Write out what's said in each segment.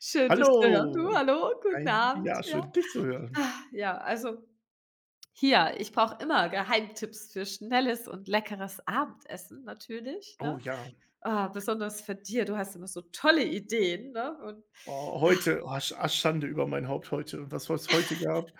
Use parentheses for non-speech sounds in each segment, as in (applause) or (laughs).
Schön, dich zu hören. Du, Hallo, hallo, guten ein Abend. ja, Ja. schön dich zu hören. Ah, ja, also hier, ich brauche immer Geheimtipps für schnelles und leckeres Abendessen natürlich, Oh ne? ja. Ah, besonders für dir. Du hast immer so tolle Ideen, ne? Und Oh, heute, oh, Schande über mein Haupt heute und was heute gab.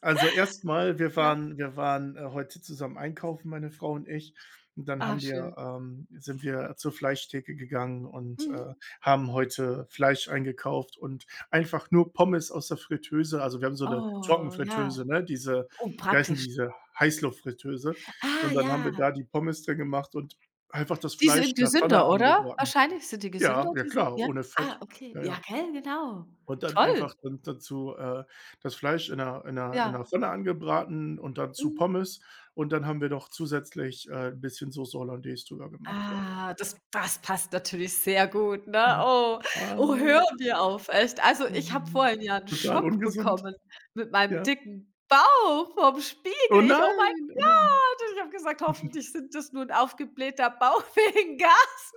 Also, erstmal ja, heute zusammen einkaufen, meine Frau und ich. Und dann ah, haben wir schön. ähm, sind wir zur Fleischtheke gegangen und, Mhm. haben heute Fleisch eingekauft und einfach nur Pommes aus der Fritteuse. Also, wir haben so eine Oh, ja. Trockenfritteuse, ne, diese Oh, wie heißen praktisch. diese? Heißluftfritteuse. Ah, Und dann haben wir ja. da die Pommes drin gemacht und einfach das Die Fleisch sind in der gesünder, Pfanne oder? angebraten. Wahrscheinlich sind die gesünder, Ja, ja diese, klar, ja? ohne Ah, Fett. okay. Ja, Ja, ja. gell, genau. Und dann Toll. einfach dann dazu, das Fleisch in 'ner in 'ner in Ja. 'ner Pfanne angebraten und dann zu Mhm. Pommes, und dann haben wir noch zusätzlich, 'n bisschen Sauce Hollandaise drüber gemacht, ja. Ah, das passt natürlich sehr gut, ne? Ja. Oh, Ah. oh, hör mir auf, echt. Also, ich habe Mhm. vorhin ja 'n Total Schock ungesund. bekommen mit meinem Ja. dicken Bauch vorm Spiegel. „Oh Ich: „Oh mein nein, oh nein.“ Gott!" Und ich habe gesagt: „Hoffentlich sind das nur 'n aufgeblähter Bauch (laughs) wegen Gas."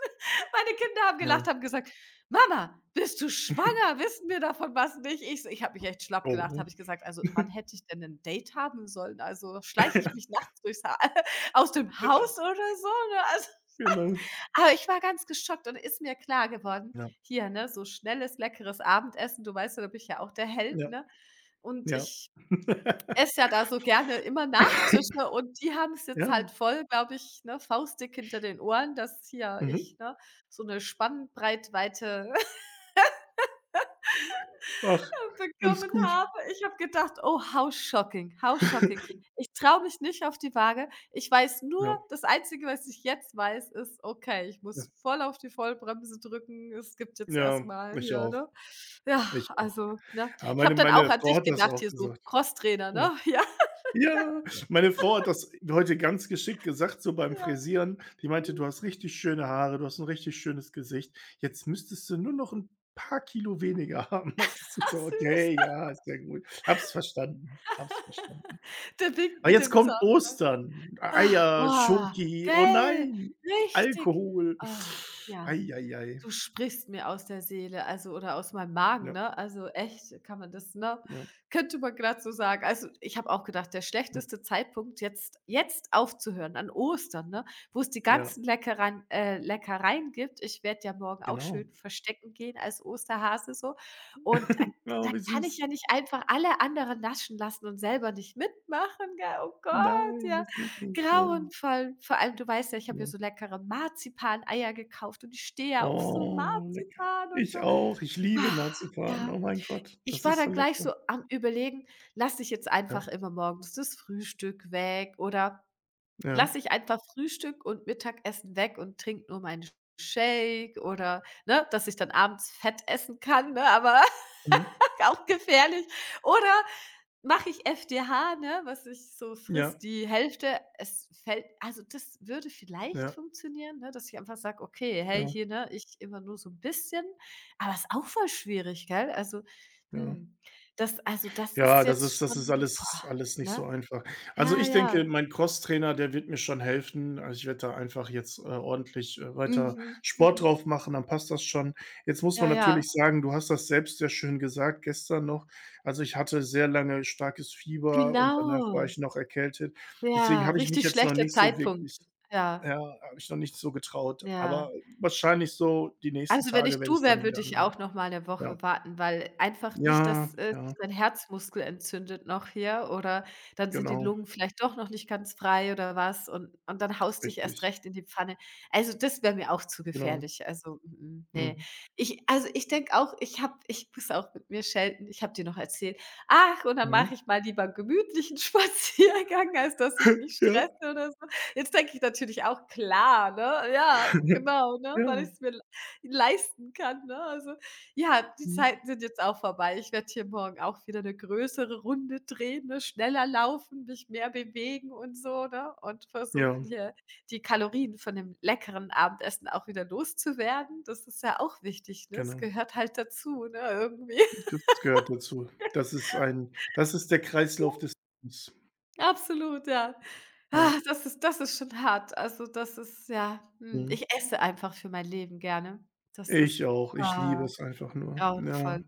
Meine Kinder haben Ja. gelacht, haben gesagt: „Mama, bist du schwanger? Wissen wir davon was nicht?" Ich so, ich habe mich echt schlapp gelacht, Oh. habe ich gesagt: „Also, wann hätte ich denn 'nen Date haben sollen? Also, schleiche ich mich (laughs) nachts durchs Ha (laughs) aus dem Haus oder so, ne?" Also, Ja, genau. aber ich war ganz geschockt und ist mir klar geworden, Ja, hier, ne, so schnelles, leckeres Abendessen, du weißt ja, da bin ich ja auch der Held, ja, ne? Und ja. ich (laughs) esse ja da so gerne immer Nachtische und die haben es jetzt Ja, halt voll, glaube ich, ne, faustdick hinter den Ohren, dass hier mhm. ich, ne, so 'ne Spannbreitweite Ach, alles bekommen gut. habe. Ich habe gedacht: „Oh, how shocking, how shocking." (laughs) Ich traue mich nicht auf die Waage. Ich weiß nur, Ja, das Einzige, was ich jetzt weiß, ist: Okay, ich ja. muss voll auf die Vollbremse drücken. Es gibt jetzt erst Ja, mal ich ja, auch, ne? Ja, ich auch. also, ne? Ja, Ich habe meine dann auch meine an Frau dich hat das gedacht auch hier, so gesagt. Crosstrainer, Ja. ne? (laughs) Ja, Ja, meine Frau hat das heute ganz geschickt gesagt, so beim ja. Frisieren. Die meinte: Mhm. „Du hast richtig schöne Haare, du hast ein richtig schönes Gesicht. Jetzt müsstest du nur noch ein paar Kilo weniger haben.“ (laughs) Meinte sie Ach so: süß, „Okay, ja, ist ja gut. Habs verstanden, habs verstanden.“ der winkt Aber mit jetzt dem kommt Zaunfall. Ostern, Ah, Eier, boah, Schoki, oh gell? nein, Richtig. Alkohol. Ah, ja. Ei, Du sprichst mir aus der Seele, also oder aus meinem Magen, ja, ne? Also echt, kann man das, ne? ja, Könnte man gerade so sagen. Also, ich habe auch gedacht, der hm, schlechteste Zeitpunkt jetzt aufzuhören, an Ostern, ne, wo es die ja, ganzen Leckereien, Leckereien gibt. Ich werde ja morgen auch genau. schön verstecken gehen als Osterhase, so, und da Oh, wie kann ich süß. ja nicht einfach alle anderen naschen lassen und selber nicht mitmachen, gell? Oh Gott, Nein, ja. das geht nicht, nein. Grauenvoll. Vor allem, du weißt ja, ich habe hier Ja. so leckere Marzipaneier gekauft und ich stehe ja auf so Oh, lecker. Marzipan und so. Ich auch. Ich liebe Ah, Marzipan. ja, Oh mein Gott, ich das war ist so dann gleich so lecker. am Überlegen, lasse ich jetzt Ja, einfach immer morgens das Frühstück weg oder ja. lasse ich einfach Frühstück und Mittagessen weg und trinke nur meinen Shake, oder, ne, dass ich dann abends Fett essen kann, ne, aber Mhm. (laughs) auch gefährlich. Oder mache ich FDH, ne, was ich so Ja, frisst die Hälfte. Es fällt, also, das würde vielleicht ja, funktionieren, ne, dass ich einfach sage: „Okay, hey, ja, hier, ne, ich immer nur so ein bisschen." Aber ist auch voll schwierig, gell? Also, ja. hm, das, also, das ist Ja, das jetzt ist das ist schon boah, alles nicht so ne? einfach. Also, Ja, ich denke, ja. mein Crosstrainer, der wird mir schon helfen. Also, ich werde da einfach jetzt, ordentlich, weiter Mhm, mhm. Sport drauf machen, dann passt das schon. Jetzt muss Ja, man ja. natürlich sagen, du hast das selbst sehr schön gesagt gestern noch. Also, ich hatte sehr lange starkes Fieber und danach war Genau. ich noch erkältet. Deswegen Ja, habe ich mich richtig jetzt noch schlechter nicht so Zeitpunkt. wirklich. Ja, Ja, habe ich noch nicht so getraut, ja. aber wahrscheinlich so die nächsten Also, wenn Tage ich werde ich's du wäre, dann wieder würde ich angehen. auch noch mal 'ne Woche Ja. warten, weil einfach nicht, Ja, dass, sich ja, dein Herzmuskel entzündet noch, hier, oder dann sind die genau, Lungen vielleicht doch noch nicht ganz frei oder was, und dann haust dich erst richtig, recht in die Pfanne. Also, das wäre mir auch zu genau. gefährlich. Also, mm, mm, ne. Mhm. Ich, also, ich denke auch, ich habe, ich muss auch mit mir schelten. Ich habe dir noch erzählt: „Ach, und dann Mhm. mache ich mal lieber gemütlichen (laughs) Spaziergang, als dass ich mich Ja. stresse oder so." Jetzt denke ich natürlich auch: „Klar, ne?" Ja, (laughs) genau, ne, Ja, weil ich's mir leisten kann, ne? Also, ja, die mhm. Zeiten sind jetzt auch vorbei. Ich werde hier morgen auch wieder eine größere Runde drehen, ne, schneller laufen, mich mehr bewegen und so, ne, und versuchen, Ja, hier die Kalorien von dem leckeren Abendessen auch wieder loszuwerden. Das ist ja auch wichtig, ne? Es genau. gehört halt dazu, ne, irgendwie. (laughs) Das gehört dazu. Das ist der Kreislauf des Lebens. Absolut, ja. Ah, Ja. das ist schon hart. Also, das ist ja, Mhm. ich esse einfach für mein Leben gerne. Das ist, Ich auch. Ich liebe ah, es einfach nur. Ja, grauenvoll.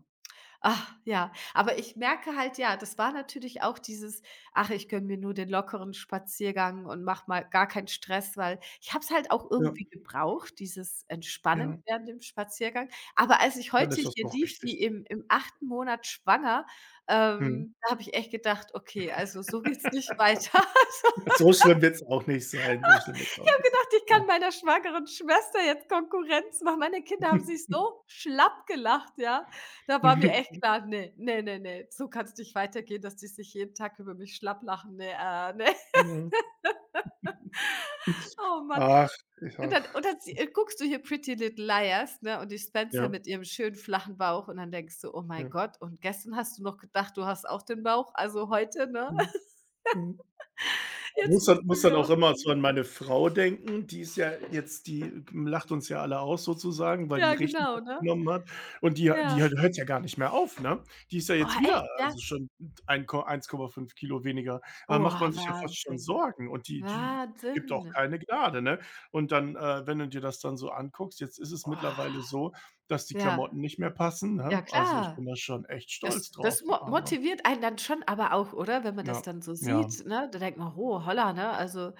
Ach, ja. Aber ich merke halt, ja, das war natürlich auch dieses: „Ach, ich gönne mir nur den lockeren Spaziergang und mache mal gar keinen Stress", weil ich habe es halt auch ja, irgendwie gebraucht, dieses Entspannen ja. während dem Spaziergang. Aber als ich Dann heute ist das hier auch lief wie richtig. im achten Monat schwanger, Mhm. Da habe ich echt gedacht: „Okay, also so geht's nicht weiter." (laughs) Ja, so schlimm wird's auch nicht sein. So schlimm wird's auch Habe nicht sein. gedacht, ich Ja. kann meiner schwangeren Schwester jetzt Konkurrenz machen. Meine Kinder haben sich so schlapp gelacht, ja. Da war mir echt (laughs) klar: „Ne, ne, ne, ne, so kann's nicht weitergehen, dass die sich jeden Tag über mich schlapp lachen. Ne, ne." Ja. (laughs) Oh Mann. Ach, ich Und dann ach. und dann sie guckst du hier „Pretty Little Liars", ne, und die Spencer Ja, mit ihrem schönen flachen Bauch, und dann denkst du: „Oh mein ja. Gott, und gestern hast du noch gedacht, du hast auch den Bauch, also heute, ne? Mhm, (laughs) mhm. Jetzt Muss musst dann du muss dann wieder was auch immer tun." so an meine Frau denken, die ist ja jetzt, die lacht uns ja alle aus sozusagen, weil die Ja, richtig genau, ne? abgenommen hat und die die Ja. hört hört ja gar nicht mehr auf, ne? Die ist ja Oh, jetzt echt, wieder, ja? also schon ein Ko 1,5 Kilo weniger. Oh, Da macht man sich ja fast schon Wahnsinn. Sorgen und die gibt auch Wahnsinn. keine Gnade, ne? Und dann, wenn du dir das dann so anguckst, jetzt ist es mittlerweile Oh, so, dass die ja, Klamotten nicht mehr passen, ne? ja, Also, ich bin klar. da schon echt Das stolz drauf. das mo Also, motiviert einen dann schon aber auch, oder? Wenn man ja, das dann so ja. sieht, ne? Da denkt man: „Oh, holla", ne? Also,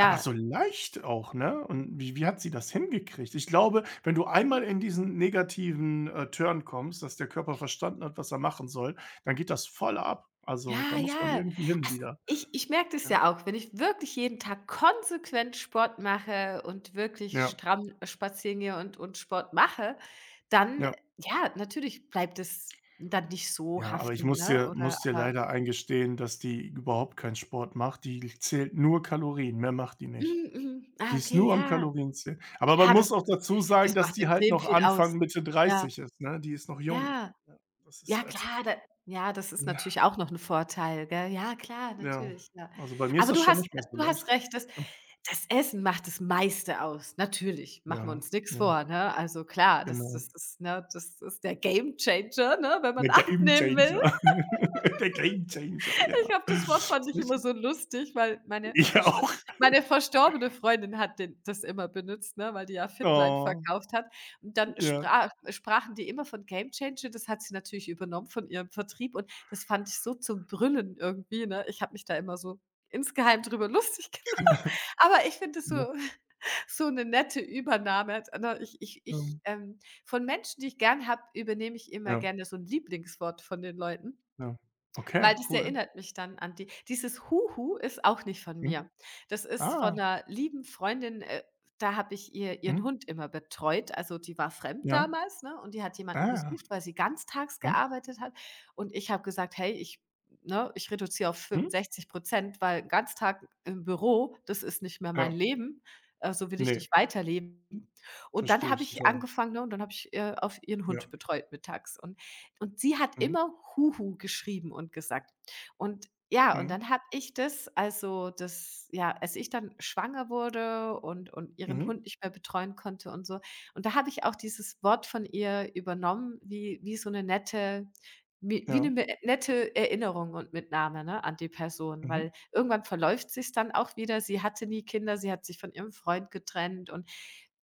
Aber so leicht auch, ne? Und wie hat sie das hingekriegt? Ich glaube, wenn du mhm. einmal in diesen negativen, Turn kommst, dass der Körper verstanden hat, was er machen soll, dann geht das voll ab. Also, Ja, da muss man ja. irgendwie hin Also, wieder, ich merke das ne? ja auch, wenn ich wirklich jeden Tag konsequent Sport mache und wirklich Ja, stramm spazieren gehe und Sport mache, dann, ja. Ja, natürlich bleibt es dann nicht so Ja, aber ich haften, muss ne? dir Oder muss dir aber leider eingestehen, dass die überhaupt keinen Sport macht. Die zählt nur Kalorien, mehr macht die nicht. mhm, mhm. Die Ah, ist okay, nur am ja. Kalorienzählen. Aber man Klar, das muss auch das dazu sagen, das dass macht die halt extrem noch viel Anfang, aus. Mitte Ja, 30 ist, ne? Die ist noch jung. ja, Ja, das ist ja, halt klar, da, ja, das ist ja. natürlich auch noch 'n Vorteil, gell? Ja, klar, Ja, natürlich, ja. also bei mir ist Aber das du schon hast nicht mehr so du hast leicht. recht, das Essen macht das meiste aus. Natürlich, machen wir Ja, uns nix ja, vor, ne? Also klar, das genau. das ist, ne, das ist der Gamechanger, ne, wenn man (laughs) Der abnehmen will. Gamechanger. (laughs) Der Gamechanger, Ich ja. habe, das (laughs) Wort fand ich Sehr immer schön. so lustig, weil meine Ich verst auch. meine verstorbene Freundin hat den das immer benutzt, ne, weil die ja Fitline Oh, verkauft hat. Und dann ja, sprachen die immer von Game Changer, das hat sie natürlich übernommen von ihrem Vertrieb, und das fand ich so zum Brüllen irgendwie, ne? Ich habe mich da immer so insgeheim drüber (laughs) lustig gemacht. Aber ich finde es ja, so eine nette Übernahme. Ne, ich ich ich, ähm, ähm von Menschen, die ich gern habe, übernehme ich immer ja, gerne so ein Lieblingswort von den Leuten. ja. Weil Okay, das cool. erinnert mich dann an dieses Huhu ist auch nicht von mir. Mhm. Das ist von Ah, 'ner lieben Freundin, da habe ich ihren mhm, Hund immer betreut. Also, die war fremd ja. damals, ne, und die hat jemanden Ah, gesucht, weil sie ganztags mhm, gearbeitet hat. Und ich habe gesagt: „Hey, ich reduziere auf mhm, 65, weil Ganztag im Büro, das ist nicht mehr mein ja. Leben. So will ich Ne, nicht weiterleben." Und dann verstehe habe ich ich total. angefangen, ne, und dann habe ich, auf ihren Ja. Hund betreut mittags. Und sie hat Mhm, immer Huhu geschrieben und gesagt. Und ja, und mhm, dann habe ich das, ja, als ich dann schwanger wurde und ihren Hund mhm, nicht mehr betreuen konnte und so, und da habe ich auch dieses Wort von ihr übernommen, wie so eine nette, wie wie 'ne ja, me nette Erinnerung und Mitnahme, ne, an die Person, mhm, weil irgendwann verläuft sich dann auch wieder. Sie hatte nie Kinder, sie hat sich von ihrem Freund getrennt und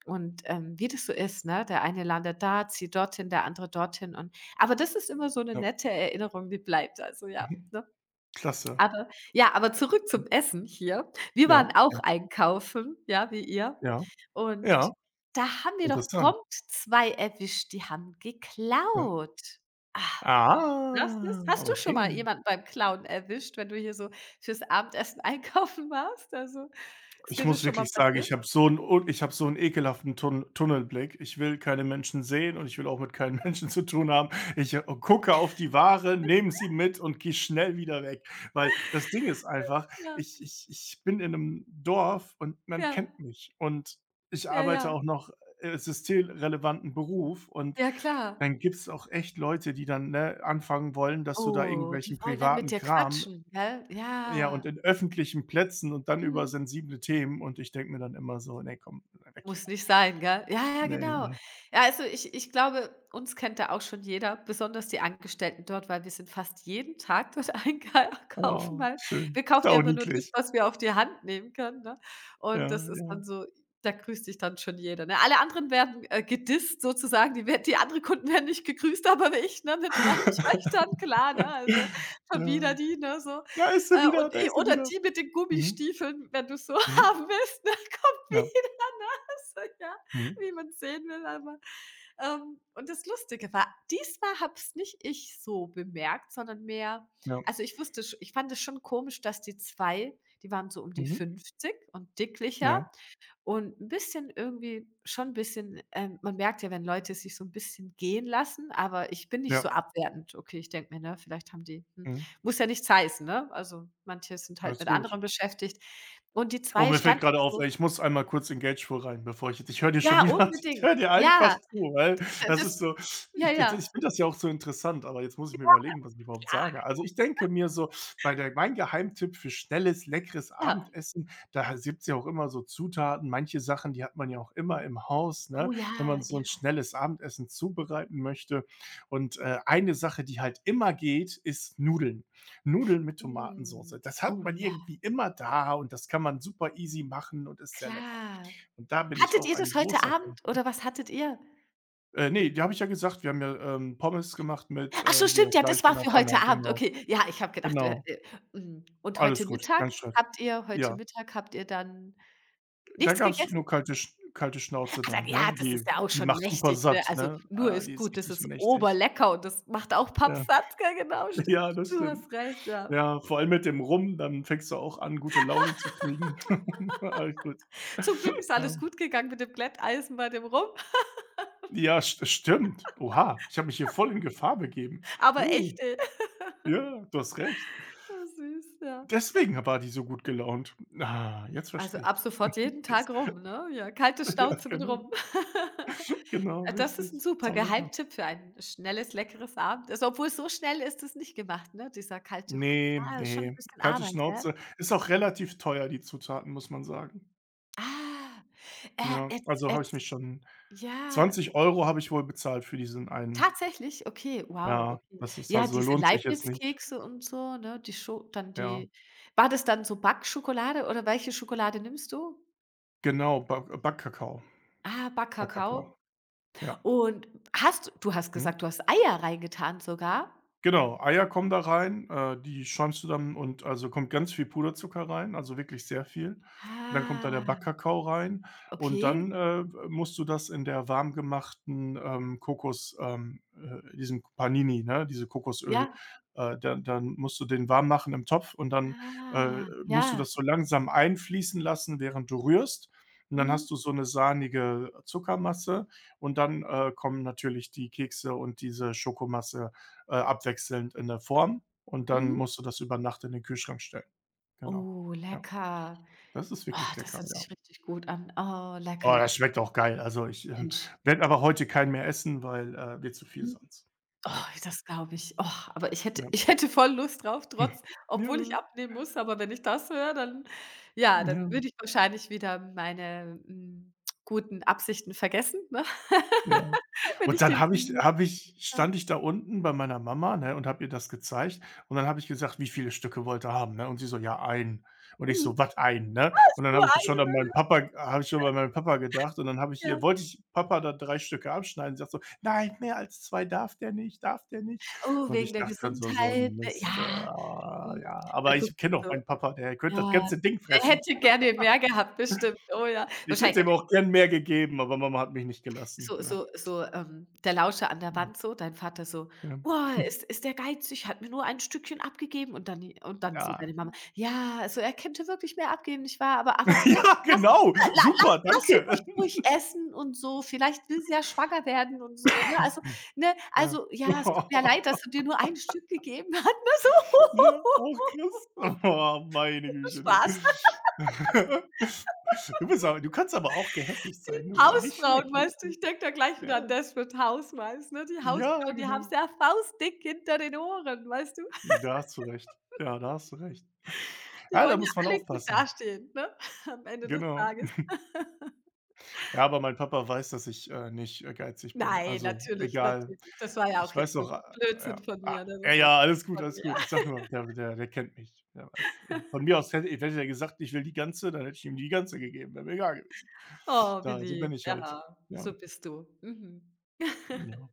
und, ähm, wie das so ist, ne? Der eine landet da, zieht dorthin, der andere dorthin, und aber das ist immer so 'ne ja, nette Erinnerung, die bleibt, also ja, mhm. ne? Klasse. Aber ja, aber zurück Mhm. zum Essen hier. Wir Ja, waren ja, auch einkaufen, ja, wie ihr. ja, Und ja, da haben wir doch interessant, prompt 2 erwischt, die haben ja. geklaut. Ah, weißt du's? Ah, Hast du schon mal okay. jemanden beim Klauen erwischt, wenn du hier so fürs Abendessen (laughs) einkaufen warst? Also, ist Ich dir das muss schon mal wirklich sagen, passiert? ich habe so 'n un ich habe so 'n ekelhaften Tunnelblick. Ich will keine Menschen sehen und ich will auch mit keinen (laughs) Menschen zu tun haben. Ich, gucke auf die Ware, nehme sie mit und gehe schnell wieder weg, weil das Ding ist einfach, Ja, ich bin in 'nem Dorf und man ja, kennt mich und ich ja, arbeite ja. auch noch, systemrelevanten Beruf, und Ja, klar. dann gibt's auch echt Leute, die dann, ne, anfangen wollen, dass du da Oh, die irgendwelchen wollen dann mit privaten dir Kram. quatschen, gell? Ja, und Ja. in öffentlichen Plätzen und dann über Mhm. sensible Themen und ich denke mir dann immer so: „Ne, komm, weg hier. Muss nicht sein, gell? Ja, ja, Ne, genau. ne. Ja, also ich glaube, uns kennt da auch schon jeder, besonders die Angestellten dort, weil wir sind fast jeden Tag dort (laughs) einkaufen, Oh, weil schön. wir kaufen ja immer nur das, Sauniedlich. was wir auf die Hand nehmen können, ne? Und Ja, das ist ja. dann so, da grüßt dich dann schon jeder, ne? Alle anderen werden, gedisst sozusagen, die anderen Kunden werden nicht gegrüßt, aber ich, ne, mit meinen (laughs) Töchtern, (laughs) klar, ne? Also, schon wieder Ja. die, ne, so. Da ist sie wieder, Und da e ist sie oder wieder. die mit den Mhm, Gummistiefeln, wenn du so (laughs) mhm, haben willst, ne, kommt ja, wieder, ne? So, ja, mhm, wie man sehen will, aber und das Lustige war, diesmal habe es nicht ich so bemerkt, sondern mehr, ja, also, ich wusste sch ich fand es schon komisch, dass die 2, die waren so um die mhm, 50 und dicklicher ja, und ein bisschen irgendwie schon 'n bisschen, man merkt ja, wenn Leute sich so ein bisschen gehen lassen, aber ich bin nicht so ja, abwertend. Okay, ich denke mir, ne, vielleicht haben die, mhm. muss ja nichts heißen, ne? Also, manche sind halt Alles mit gut. anderen beschäftigt. Und die Oh, 2 mir fällt standen gerade auf, so, ey, ich muss einmal kurz in Gagepool rein, bevor ich jetzt, ich höre dir schon ja, wieder (laughs) ich unbedingt. höre dir einfach Ja. zu, weil Da das das, ist so, ja, ich ja. finde das ja auch so interessant, aber jetzt muss ich mir überlegen, was ich überhaupt Klar, sage. Also, ich denke mir so, bei der mein Geheimtipp für schnelles, leckeres ja. Abendessen, da gibt's ja auch immer so Zutaten, manche Sachen, die hat man ja auch immer im Haus, ne, Oh wenn ja, man so 'n ja. schnelles Abendessen zubereiten möchte. Und, eine Sache, die halt immer geht, ist Nudeln. Nudeln mit Mhm. Tomatensoße. Das hat Oh man ja, irgendwie immer da und das kann man super easy machen und ist sehr lecker. klar. Und da bin ich Hattet auch ihr ein das heute großer Fan Abend, von. oder was hattet ihr? Ne, die habe ich ja gesagt, wir haben ja, Pommes gemacht mit, Ach so, hier stimmt, ja, Fleisch das in war der für heute Pfanne, Abend. genau, Okay, ja, ich habe gedacht, wir, genau. Mhm. Und heute Alles gut, Mittag? kein Stress. Habt ihr heute Ja, Mittag habt ihr dann da nichts gab's gegessen? nur kalte Schnauze Ah, dann dann, ne? ja, das ist Die ja auch die schon macht super mächtig, ne? satt, Also, ne? nur Ah, die ist ist gut, das richtig ist mächtig. oberlecker und das macht auch Ja, pappsatt. Ja, genau, (laughs) stimmt. ja, das Du stimmt. hast recht, ja. Ja, vor allem mit dem Rum, dann fängst du auch an, gute Laune zu kriegen. (laughs) Alles gut. Zum Glück ist alles Ja. gut gegangen mit dem Glätteisen bei dem Rum, Ja, st stimmt. Oha, ich habe mich hier voll in Gefahr begeben. aber Uh, echte ja, du hast recht. (laughs) Ja, süß, ja. Deswegen war die so gut gelaunt. Ah, jetzt Also, verstehe ich ab das. sofort Mhm, jeden (laughs) jetzt Tag rum, ne? Ja, kalte ja, Schnauze mit genau. rum. (laughs) Genau, Das ist ein richtig. super Saulecker. Geheimtipp für ein schnelles, leckeres Abend. Also, obwohl, so schnell ist es nicht gemacht, ne, dieser kalte Hund. Ne, Ah, schon ein ne, bisschen kalte Arbeit, gell? Schnauze. Ist auch relativ teuer, die Zutaten, muss man sagen. Ah, Ja, jetzt also habe ich jetzt mich schon, ja, 20 € habe ich wohl bezahlt für diesen einen. tatsächlich? Okay, wow, Ja, okay. das ist, Ja, also diese lohnt sich jetzt nicht. Leibniz-Kekse und so, ne, die Scho dann Ja, die, war das dann so Backschokolade, oder welche Schokolade nimmst du? genau, Backkakao. Ah, Backkakao, Backkakao? ja. Und hast du hast Mhm. gesagt, du hast Eier reingetan sogar? Genau, Eier kommen da rein, die schäumst du dann und also, kommt ganz viel Puderzucker rein, also, wirklich sehr viel. Dann kommt da der Ah, Backkakao rein und okay. dann, musst du das in der warm gemachten, Kokos diesem Panini, ne, diese Kokosöl, Ja. Dann musst du den warm machen im Topf und dann, Ah, musst du ja. das so langsam einfließen lassen, während du rührst. Und dann Mhm, hast du so eine sahnige Zuckermasse und dann, kommen natürlich die Kekse und diese Schokomasse abwechselnd in der Form und dann mhm. musst du das über Nacht in den Kühlschrank stellen. Genau. Oh, Ja, lecker. das ist Oh, wirklich das lecker, hört ja. sich richtig gut an. Oh, lecker, Oh, lecker, das schmeckt auch geil. Also, ich, Mensch. werde aber heute keinen mehr essen, weil, wird zu viel Mhm. sonst. Oh, Ja, das glaube ich. Oh, aber ich hätte ja. ich hätte voll Lust drauf, (laughs) trotz, obwohl ich Ja, abnehmen muss, aber wenn ich das höre, dann, ja, ja, dann würde ich wahrscheinlich wieder meine, guten Absichten vergessen, ne? ja. (laughs) Wenn Und ich dann den habe sehen ich würde, habe ich ja. stand ich da unten bei meiner Mama, ne, und habe ihr das gezeigt und dann habe ich gesagt: „Wie viele Stücke wollt ihr haben“, ne? Und sie so: „Ja, ein. Und ich Mhm. so: „Was, ein? Ne?“ Und dann Nur eine, ne? Habe ich schon an meinen Papa gedacht und dann habe ich Ja, ihr ja. wollte ich Papa da 3 Stücke abschneiden. Sie sagt so: „Nein, mehr als 2 darf der nicht, darf der nicht.“ Oh, Und wegen ich der dachte dann so: „So Gesundheit, 'n ne? Mist, Ja, mhm. ja.“ Da Aber guckt ich sie kenne auch so, meinen Papa, der könnte das ja. ganze Ding Der fressen. hätte gerne mehr gehabt, bestimmt. Oh ja. Ich Wahrscheinlich. hätte ihm auch gern mehr gegeben, aber Mama hat mich nicht gelassen, So, ne? so, so, der Lauscher an der Mhm, Wand, so, dein Vater so: ja. „Boah, ist der geizig, hat mir nur ein Stückchen abgegeben." Und dann, und dann so Ja. deine Mama: „Ja, so, er könnte wirklich mehr abgeben, nicht wahr? Aber (laughs) lass Ja, lass genau. la la lass Super, lasst ihn euch danke. ruhig essen und so. Vielleicht will sie ja schwanger werden und so, ne? Also, (laughs) ne, Ja. also Ja, ja, es tut mir leid, dass du dir nur ein Stück gegeben hat", ne, so. auch (laughs) krass. Oh, meine Güte, du. Spaß. (laughs) Du kannst aber auch gehässig sein, du. Ah, nicht Hausfrauen, schlecht, nicht weißt du? schlecht. Ich denke da gleich Ja, wieder an Desperate Housewives, ne? Die ja, Hausfrauen, die haben's genau. ja faustdick hinter den Ohren, weißt du? Da hast du recht. Ja, da hast du recht. Die Ja, da wollen ja muss man alle gut aufpassen. dastehen, ne, am Ende des Genau. Tages. Ja, aber mein Papa weiß, dass ich, nicht, geizig bin. Nein, Also, natürlich, egal. natürlich. Das war ja auch Ich weiß jetzt nur doch, Blödsinn ja. von Ah, mir, ne? ja, Das war ja, alles Quatsch gut, von alles mir. gut. Ich sag nur, der kennt mich, der weiß. Von mir aus hätte er gesagt: „Ich will die ganze“, dann hätte ich ihm die ganze gegeben, wäre mir egal gewesen. Oh, wie Da so lieb. bin ich halt. Ja, Ja, so bist du. Mhm. ja.